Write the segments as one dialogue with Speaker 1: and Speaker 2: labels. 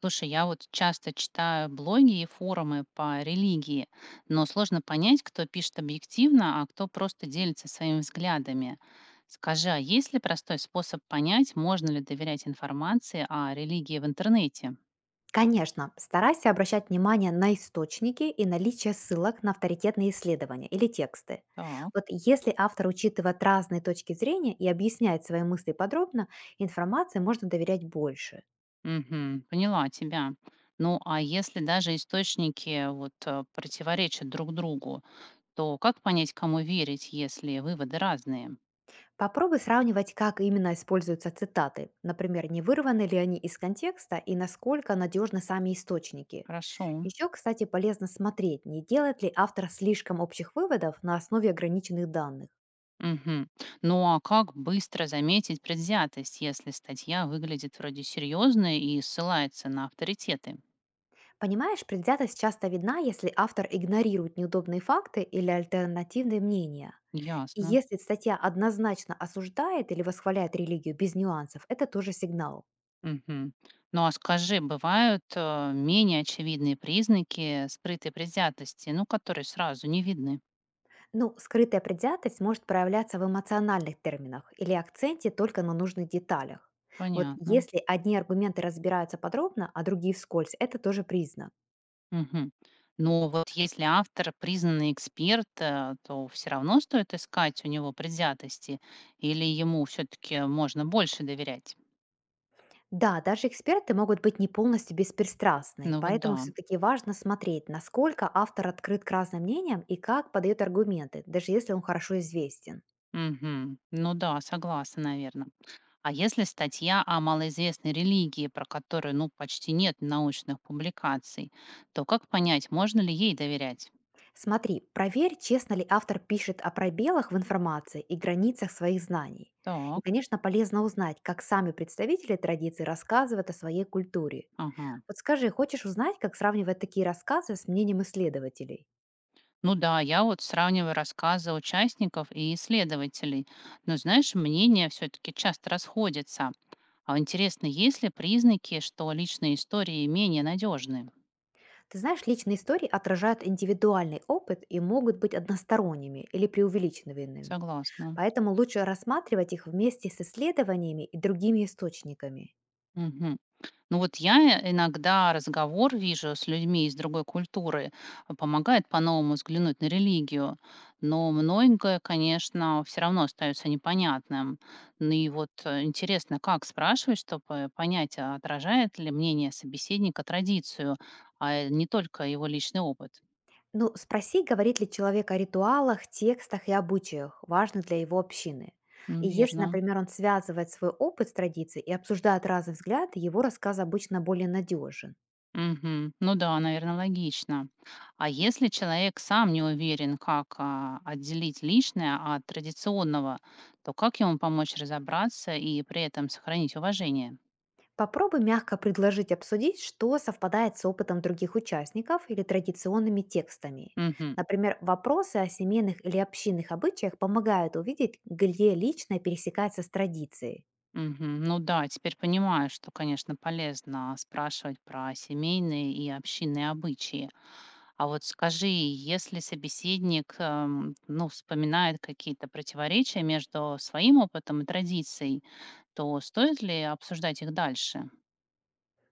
Speaker 1: Слушай, я вот часто читаю блоги и форумы по религии, но сложно понять, кто пишет объективно, а кто просто делится своими взглядами. Скажи, а есть ли простой способ понять, можно ли доверять информации о религии в интернете?
Speaker 2: Конечно, старайся обращать внимание на источники и наличие ссылок на авторитетные исследования или тексты.
Speaker 1: Так,
Speaker 2: Вот если автор учитывает разные точки зрения и объясняет свои мысли подробно, информации можно доверять больше.
Speaker 1: мгм, поняла тебя. Ну, а если даже источники вот противоречат друг другу, то как понять, кому верить, если выводы разные?
Speaker 2: Попробуй сравнивать, как именно используются цитаты, например, не вырваны ли они из контекста и насколько надежны сами источники.
Speaker 1: Хорошо.
Speaker 2: Еще, кстати, полезно смотреть, не делает ли автор слишком общих выводов на основе ограниченных данных.
Speaker 1: Мгм. Ну а как быстро заметить предвзятость, если статья выглядит вроде серьезной и ссылается на авторитеты?
Speaker 2: Понимаешь, предвзятость часто видна, если автор игнорирует неудобные факты или альтернативные мнения. И
Speaker 1: Ясно.
Speaker 2: если статья однозначно осуждает или восхваляет религию без нюансов, это тоже сигнал.
Speaker 1: Мгм. Ну а скажи, бывают менее очевидные признаки скрытой предвзятости, ну, которые сразу не видны?
Speaker 2: Ну, скрытая предвзятость может проявляться в эмоциональных терминах или акценте только на нужных деталях. Вот
Speaker 1: Понятно.
Speaker 2: если одни аргументы разбираются подробно, а другие вскользь, это тоже признак.
Speaker 1: Мгм. Но вот если автор признанный эксперт, то все равно стоит искать у него предвзятости, или ему все-таки можно больше доверять?
Speaker 2: Да, даже эксперты могут быть не полностью беспристрастны,
Speaker 1: Ну вот да.
Speaker 2: поэтому все-таки важно смотреть, насколько автор открыт к разным мнениям и как подает аргументы, даже если он хорошо известен.
Speaker 1: Мгм. Ну да, согласна, наверное. А если статья о малоизвестной религии, про которую, ну, почти нет научных публикаций, то как понять, можно ли ей доверять?
Speaker 2: Смотри, проверь, честно ли автор пишет о пробелах в информации и границах своих знаний. И,
Speaker 1: Так,
Speaker 2: конечно, полезно узнать, как сами представители традиции рассказывают о своей культуре.
Speaker 1: ага.
Speaker 2: Вот скажи, хочешь узнать, как сравнивать такие рассказы с мнением исследователей?
Speaker 1: Ну да, я вот сравниваю рассказы участников и исследователей. Но знаешь, мнения все-таки часто расходятся. А интересно, есть ли признаки, что личные истории менее надежны?
Speaker 2: Ты знаешь, личные истории отражают индивидуальный опыт и могут быть односторонними или преувеличенными,
Speaker 1: Согласна.
Speaker 2: поэтому лучше рассматривать их вместе с исследованиями и другими источниками.
Speaker 1: Мгм. Ну вот я иногда разговор вижу с людьми из другой культуры, а, помогает по-новому взглянуть на религию, но многое, конечно, все равно остается непонятным. Ну и вот интересно, как спрашивать, чтобы понять, а отражает ли мнение собеседника традицию, а не только его личный опыт.
Speaker 2: Ну, спроси, говорит ли человек о ритуалах, текстах и обычаях, важных для его общины. И если,
Speaker 1: Верно.
Speaker 2: например, он связывает свой опыт с традицией и обсуждает разные взгляды, его рассказ обычно более надежен.
Speaker 1: Мгм. Ну да, наверное, логично. А если человек сам не уверен, как отделить личное от традиционного, то как ему помочь разобраться и при этом сохранить уважение?
Speaker 2: Попробуй мягко предложить обсудить, что совпадает с опытом других участников или традиционными текстами.
Speaker 1: Мгм.
Speaker 2: Например, вопросы о семейных или общинных обычаях помогают увидеть, где личное пересекается с традицией.
Speaker 1: Мгм. Ну да, теперь понимаю, что, конечно, полезно спрашивать про семейные и общинные обычаи. А вот скажи, если собеседник, ну, вспоминает какие-то противоречия между своим опытом и традицией, то стоит ли обсуждать их дальше?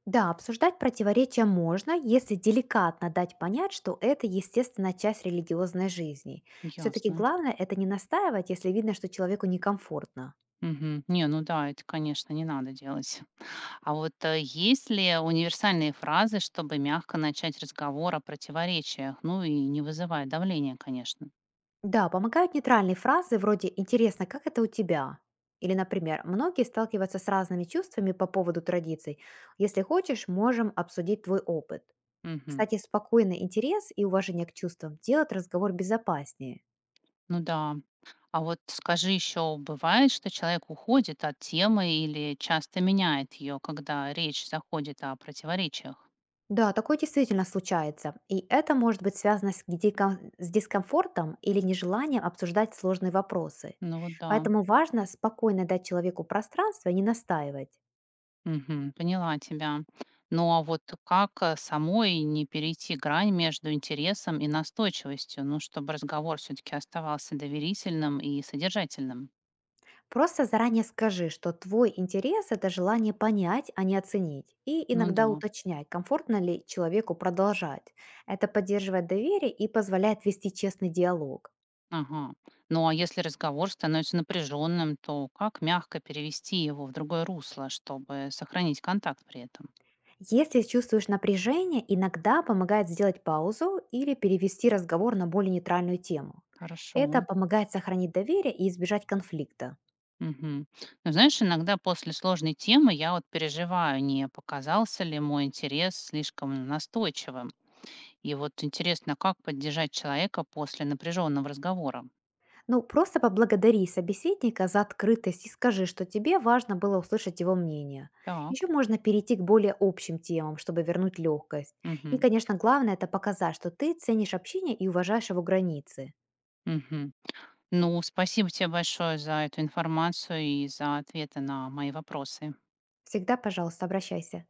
Speaker 2: Да, обсуждать противоречия можно, если деликатно дать понять, что это естественная часть религиозной жизни. Все-таки
Speaker 1: Ясно.
Speaker 2: главное это не настаивать, если видно, что человеку некомфортно.
Speaker 1: Мгм. Не, ну да, это, конечно, не надо делать. А вот есть ли универсальные фразы, чтобы мягко начать разговор о противоречиях, ну и не вызывать давления, конечно?
Speaker 2: Да, помогают нейтральные фразы вроде «интересно, как это у тебя?» Или, например, многие сталкиваются с разными чувствами по поводу традиций. Если хочешь, можем обсудить твой опыт.
Speaker 1: Мгм.
Speaker 2: Кстати, спокойный интерес и уважение к чувствам делают разговор безопаснее.
Speaker 1: Ну да. А вот скажи еще, бывает, что человек уходит от темы или часто меняет ее, когда речь заходит о противоречиях?
Speaker 2: Да, такое действительно случается. И это может быть связано с дискомфортом или нежеланием обсуждать сложные вопросы.
Speaker 1: Ну вот да.
Speaker 2: Поэтому важно спокойно дать человеку пространство и не настаивать.
Speaker 1: Мгм. Поняла тебя. Ну а вот как, самой не перейти грань между интересом и настойчивостью? Ну, чтобы разговор все-таки оставался доверительным и содержательным.
Speaker 2: Просто заранее скажи, что твой интерес– это желание понять, а не оценить. И
Speaker 1: Ну да.
Speaker 2: иногда уточняй, комфортно ли человеку продолжать. Это поддерживает доверие и позволяет вести честный диалог.
Speaker 1: Ага. Ну а если разговор становится напряженным, то как мягко перевести его в другое русло, чтобы сохранить контакт при этом?
Speaker 2: Если чувствуешь напряжение, иногда помогает сделать паузу или перевести разговор на более нейтральную тему.
Speaker 1: Хорошо.
Speaker 2: Это помогает сохранить доверие и избежать конфликта.
Speaker 1: Мгм. Ну, знаешь, иногда после сложной темы я вот переживаю, не показался ли мой интерес слишком настойчивым. И вот интересно, как поддержать человека после напряженного разговора?
Speaker 2: Ну, просто поблагодари собеседника за открытость и скажи, что тебе важно было услышать его мнение.
Speaker 1: Так.
Speaker 2: Еще можно перейти к более общим темам, чтобы вернуть легкость. И,
Speaker 1: Мгм.
Speaker 2: конечно, главное– это показать, что ты ценишь общение и уважаешь его границы.
Speaker 1: Мгм. Ну, спасибо тебе большое за эту информацию и за ответы на мои вопросы.
Speaker 2: Всегда, пожалуйста, обращайся.